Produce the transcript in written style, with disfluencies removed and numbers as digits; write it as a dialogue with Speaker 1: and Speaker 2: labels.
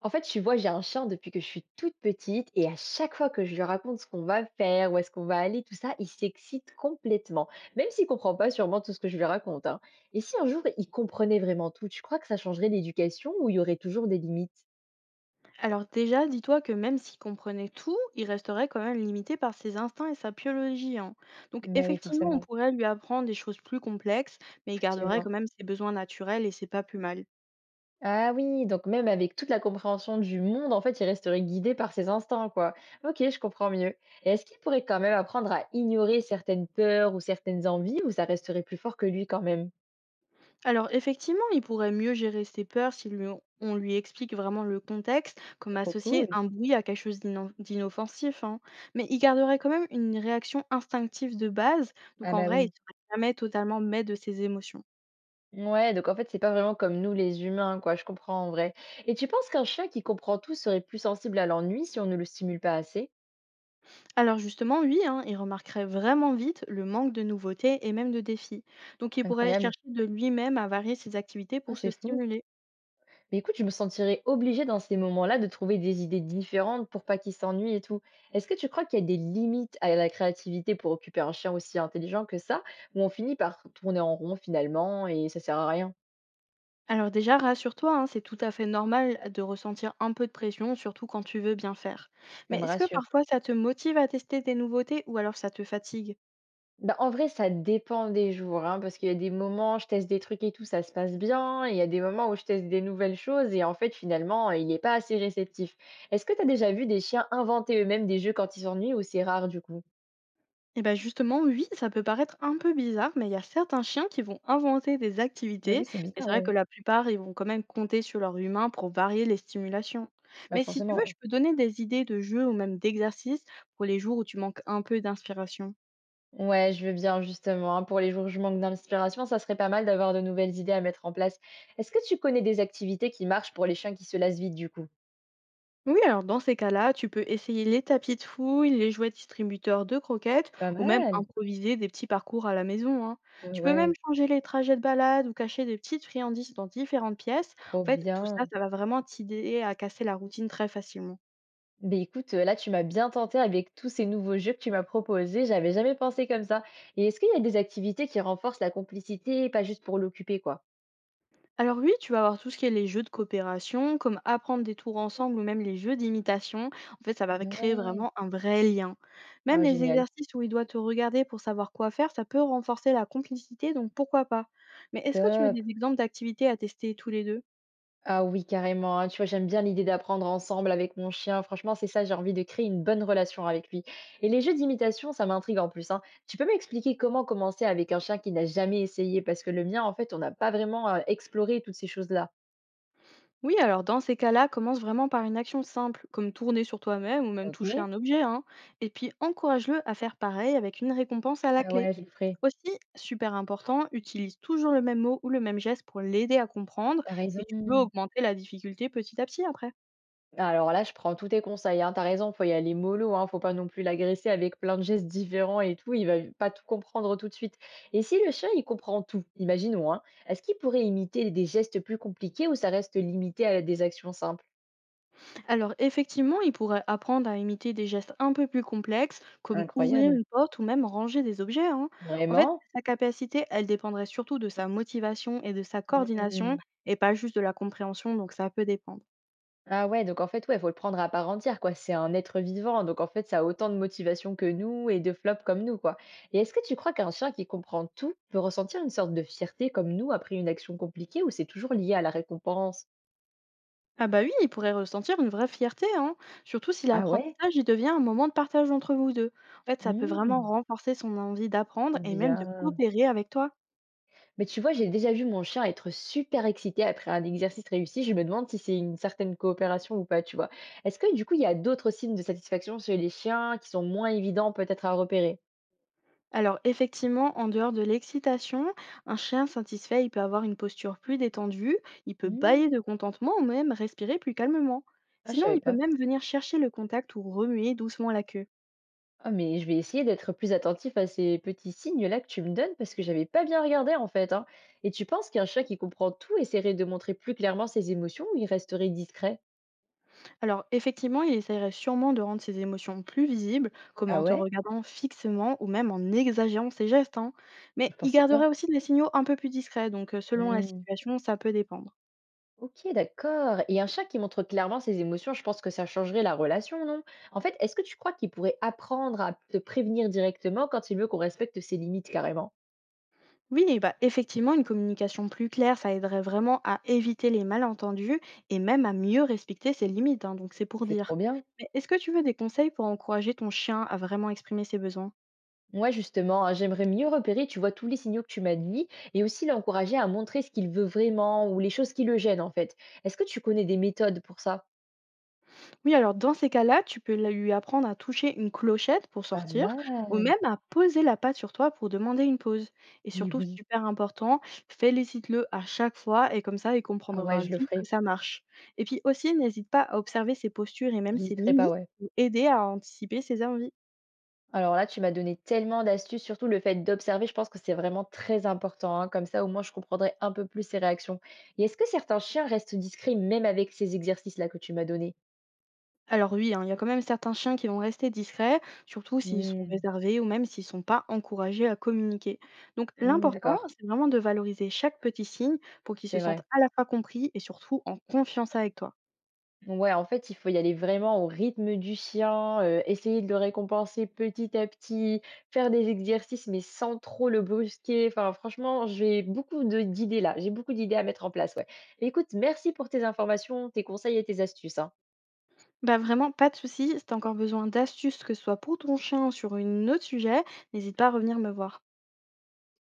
Speaker 1: En fait, tu vois, j'ai un chien depuis que je suis toute petite et à chaque fois que je lui raconte ce qu'on va faire, où est-ce qu'on va aller, tout ça, il s'excite complètement, même s'il comprend pas sûrement tout ce que je lui raconte, hein. Et si un jour il comprenait vraiment tout, tu crois que ça changerait l'éducation ou il y aurait toujours des limites?
Speaker 2: Alors déjà, dis-toi que même s'il comprenait tout, il resterait quand même limité par ses instincts et sa biologie, hein. Donc
Speaker 1: Mais oui,
Speaker 2: effectivement, on
Speaker 1: forcément,
Speaker 2: pourrait lui apprendre des choses plus complexes, mais il garderait
Speaker 1: effectivement.
Speaker 2: quand même ses besoins naturels et c'est pas plus mal.
Speaker 1: Ah oui, donc même avec toute la compréhension du monde, en fait, il resterait guidé par ses instincts, quoi. Ok, je comprends mieux. Et est-ce qu'il pourrait quand même apprendre à ignorer certaines peurs ou certaines envies ou ça resterait plus fort que lui quand même?
Speaker 2: Alors effectivement, il pourrait mieux gérer ses peurs si lui- on lui explique vraiment le contexte, comme
Speaker 1: Trop
Speaker 2: associer
Speaker 1: cool.
Speaker 2: un bruit à quelque chose d'inoffensif, hein. Mais il garderait quand même une réaction instinctive de base, donc
Speaker 1: Ah
Speaker 2: en
Speaker 1: bah
Speaker 2: vrai, il ne
Speaker 1: oui.
Speaker 2: serait jamais totalement maître de ses émotions.
Speaker 1: Ouais, donc en fait, c'est pas vraiment comme nous les humains, quoi, je comprends en vrai. Et tu penses qu'un chien qui comprend tout serait plus sensible à l'ennui si on ne le stimule pas assez?
Speaker 2: Alors justement, oui, hein, il remarquerait vraiment vite le manque de nouveautés et même de défis. Donc il pourrait
Speaker 1: Incroyable.
Speaker 2: chercher de lui-même à varier ses activités
Speaker 1: Ah,
Speaker 2: pour
Speaker 1: c'est
Speaker 2: se
Speaker 1: fou.
Speaker 2: stimuler.
Speaker 1: Mais écoute, je me sentirais obligée dans ces moments-là de trouver des idées différentes pour pas qu'il s'ennuie et tout. Est-ce que tu crois qu'il y a des limites à la créativité pour occuper un chien aussi intelligent que ça, où on finit par tourner en rond finalement et ça sert à rien?
Speaker 2: Alors déjà, rassure-toi, hein, c'est tout à fait normal de ressentir un peu de pression, surtout quand tu veux bien faire.
Speaker 1: Ça
Speaker 2: Mais
Speaker 1: me
Speaker 2: est-ce que
Speaker 1: rassure.
Speaker 2: parfois ça te motive à tester des nouveautés ou alors ça te fatigue?
Speaker 1: Bah, en vrai, ça dépend des jours, hein, parce qu'il y a des moments, je teste des trucs et tout, ça se passe bien, et il y a des moments où je teste des nouvelles choses et en fait, finalement, il n'est pas assez réceptif. Est-ce que tu as déjà vu des chiens inventer eux-mêmes des jeux quand ils s'ennuient ou c'est rare du coup?
Speaker 2: Et bah justement, oui, ça peut paraître un peu bizarre, mais il y a certains chiens qui vont inventer des
Speaker 1: Bah
Speaker 2: activités.
Speaker 1: oui, c'est
Speaker 2: Et c'est
Speaker 1: bizarre,
Speaker 2: vrai que
Speaker 1: ouais.
Speaker 2: la plupart, ils vont quand même compter sur leur humain pour varier les stimulations.
Speaker 1: Bah
Speaker 2: Mais si tu
Speaker 1: forcément,
Speaker 2: veux,
Speaker 1: ouais.
Speaker 2: je peux donner des idées de jeux ou même d'exercices pour les jours où tu manques un peu d'inspiration.
Speaker 1: Ouais, je veux bien justement, hein. Pour les jours où je manque d'inspiration, ça serait pas mal d'avoir de nouvelles idées à mettre en place. Est-ce que tu connais des activités qui marchent pour les chiens qui se lassent vite du coup?
Speaker 2: Oui, alors dans ces cas-là, tu peux essayer les tapis de fouille, les jouets distributeurs de croquettes
Speaker 1: Pas
Speaker 2: ou même
Speaker 1: mal.
Speaker 2: improviser des petits parcours à la maison, hein. Tu peux même
Speaker 1: Ouais,
Speaker 2: changer les trajets de balade ou cacher des petites friandises dans différentes pièces.
Speaker 1: trop
Speaker 2: En fait, tout ça,
Speaker 1: bien.
Speaker 2: ça va vraiment t'aider à casser la routine très facilement.
Speaker 1: Beh, écoute, là, tu m'as bien tenté avec tous ces nouveaux jeux que tu m'as proposés, j'avais jamais pensé comme ça et est-ce qu'il y a des activités qui renforcent la complicité, pas juste pour l'occuper, quoi?
Speaker 2: Alors oui, tu vas avoir tout ce qui est les jeux de coopération, comme apprendre des tours ensemble ou même les jeux d'imitation. En fait, ça va créer
Speaker 1: Ouais.
Speaker 2: vraiment un vrai lien. Même
Speaker 1: Oh
Speaker 2: les
Speaker 1: génial,
Speaker 2: exercices où il doit te regarder pour savoir quoi faire, ça peut renforcer la complicité, donc pourquoi pas. Mais est-ce que tu veux
Speaker 1: top!
Speaker 2: des exemples d'activités à tester tous les deux?
Speaker 1: Ah oui, carrément, hein, tu vois, j'aime bien l'idée d'apprendre ensemble avec mon chien. Franchement, c'est ça, j'ai envie de créer une bonne relation avec lui et les jeux d'imitation, ça m'intrigue en plus, hein. Tu peux m'expliquer comment commencer avec un chien qui n'a jamais essayé? Parce que le mien, en fait, on n'a pas vraiment, exploré toutes ces choses-là.
Speaker 2: Oui, alors dans ces cas-là, commence vraiment par une action simple, comme tourner sur toi-même ou même toucher
Speaker 1: OK.
Speaker 2: un objet, hein, et puis encourage-le à faire pareil avec une récompense à la
Speaker 1: Ah ouais,
Speaker 2: clé.
Speaker 1: je Tu le ferais?
Speaker 2: Aussi, super important, utilise toujours le même mot ou le même geste pour l'aider à comprendre,
Speaker 1: Tu
Speaker 2: et tu peux
Speaker 1: raison.
Speaker 2: augmenter la difficulté petit à petit après.
Speaker 1: Alors là, je prends tous tes conseils, hein. Tu raison, faut y aller mollo, hein. Faut pas non plus l'agresser avec plein de gestes différents et tout. Il va pas tout comprendre tout de suite. Et si le chien, il comprend tout, imaginons, hein, est-ce qu'il pourrait imiter des gestes plus compliqués ou ça reste limité à des actions simples?
Speaker 2: Alors effectivement, ils pourraient apprendre à imiter des gestes un peu plus complexes, comme ouvrir
Speaker 1: Incroyable.
Speaker 2: une porte ou même ranger des objets, hein. En fait,
Speaker 1: Vraiment?
Speaker 2: sa capacité, elle dépendrait surtout de sa motivation et de sa coordination, et pas juste de la compréhension, donc ça peut dépendre.
Speaker 1: Ah ouais, donc en fait, ouais, faut le prendre à part entière, quoi. C'est un être vivant, donc en fait, ça a autant de motivation que nous et de flops comme nous, quoi. Et est-ce que tu crois qu'un chien qui comprend tout peut ressentir une sorte de fierté comme nous après une action compliquée ou c'est toujours lié à la récompense?
Speaker 2: Ah bah oui, il pourrait ressentir une vraie fierté, hein, surtout si
Speaker 1: Ah ouais?
Speaker 2: l'apprentissage il devient un moment de partage entre vous deux. En fait, ça peut vraiment
Speaker 1: Hmm,
Speaker 2: renforcer son envie d'apprendre
Speaker 1: trop
Speaker 2: et même de
Speaker 1: bien.
Speaker 2: coopérer avec toi.
Speaker 1: Mais tu vois, j'ai déjà vu mon chien être super excité après un exercice réussi. Je me demande si c'est une certaine coopération ou pas, tu vois. Est-ce que du coup, il y a d'autres signes de satisfaction chez les chiens qui sont moins évidents peut-être à repérer?
Speaker 2: Alors effectivement, en dehors de l'excitation, un chien satisfait, il peut avoir une posture plus détendue, il peut bâiller
Speaker 1: Hmm.
Speaker 2: de contentement ou même respirer plus calmement.
Speaker 1: Ah, je
Speaker 2: Sinon,
Speaker 1: savais
Speaker 2: il peut
Speaker 1: pas.
Speaker 2: même venir chercher le contact ou remuer doucement la queue.
Speaker 1: Ah, mais je vais essayer d'être plus attentif à ces petits signes-là que tu me donnes parce que j'avais pas bien regardé en fait, hein. Et tu penses qu'un chat qui comprend tout essaierait de montrer plus clairement ses émotions ou il resterait discret?
Speaker 2: Alors effectivement, il essayerait sûrement de rendre ses émotions plus visibles, comme
Speaker 1: Ah
Speaker 2: en te
Speaker 1: ouais?
Speaker 2: regardant fixement ou même en exagérant ses gestes, hein.
Speaker 1: Je
Speaker 2: Mais il
Speaker 1: pensais pas.
Speaker 2: garderait aussi des signaux un peu plus discrets, donc selon la
Speaker 1: Hmm.
Speaker 2: situation, ça peut dépendre.
Speaker 1: Ok, d'accord. Et un chat qui montre clairement ses émotions, je pense que ça changerait la relation, non? En fait, est-ce que tu crois qu'il pourrait apprendre à te prévenir directement quand il veut qu'on respecte ses limites carrément?
Speaker 2: Oui, bah, effectivement, une communication plus claire, ça aiderait vraiment à éviter les malentendus et même à mieux respecter ses limites, hein, donc c'est pour
Speaker 1: C'est trop
Speaker 2: dire.
Speaker 1: bien.
Speaker 2: Mais est-ce que tu veux des conseils pour encourager ton chien à vraiment exprimer ses besoins?
Speaker 1: Ouais, justement, hein, j'aimerais mieux repérer, tu vois, tous les signaux que tu m'as dit et aussi l'encourager à montrer ce qu'il veut vraiment ou les choses qui le gênent, en fait. Est-ce que tu connais des méthodes pour ça?
Speaker 2: Oui, alors dans ces cas-là, tu peux lui apprendre à toucher une clochette pour
Speaker 1: Pas
Speaker 2: sortir ou
Speaker 1: mal,
Speaker 2: même à poser la patte sur toi pour demander une pause. Et
Speaker 1: mais
Speaker 2: surtout,
Speaker 1: oui.
Speaker 2: super important, félicite-le à chaque fois et comme ça, il
Speaker 1: Ah ouais,
Speaker 2: comprendra
Speaker 1: je le
Speaker 2: vite que
Speaker 1: ferai.
Speaker 2: ça marche. Et puis aussi, n'hésite pas à observer ses postures et même ses
Speaker 1: J'hésiterai pas,
Speaker 2: mimiques
Speaker 1: ouais.
Speaker 2: pour aider à anticiper ses envies.
Speaker 1: Alors là, tu m'as donné tellement d'astuces, surtout le fait d'observer, je pense que c'est vraiment très important, hein. Comme ça, au moins, je comprendrai un peu plus ses réactions. Et est-ce que certains chiens restent discrets même avec ces exercices-là que tu m'as donnés?
Speaker 2: Alors oui, hein, il y a quand même certains chiens qui vont rester discrets, surtout s'ils sont
Speaker 1: Hmm.
Speaker 2: réservés ou même s'ils ne sont pas encouragés à communiquer. Donc
Speaker 1: Hmm,
Speaker 2: l'important,
Speaker 1: d'accord,
Speaker 2: c'est vraiment de valoriser chaque petit signe pour qu'ils se
Speaker 1: c'est
Speaker 2: sentent
Speaker 1: vrai.
Speaker 2: à la fois compris et surtout en confiance avec toi.
Speaker 1: Ouais, en fait, il faut y aller vraiment au rythme du chien, essayer de le récompenser petit à petit, faire des exercices, mais sans trop le brusquer. Enfin, franchement, j'ai beaucoup de d'idées là, j'ai beaucoup d'idées à mettre en place, ouais. Écoute, merci pour tes informations, tes conseils et tes astuces, hein.
Speaker 2: Bah vraiment, pas de souci, si t'as encore besoin d'astuces, que ce soit pour ton chien ou sur un autre sujet, n'hésite pas à revenir me voir.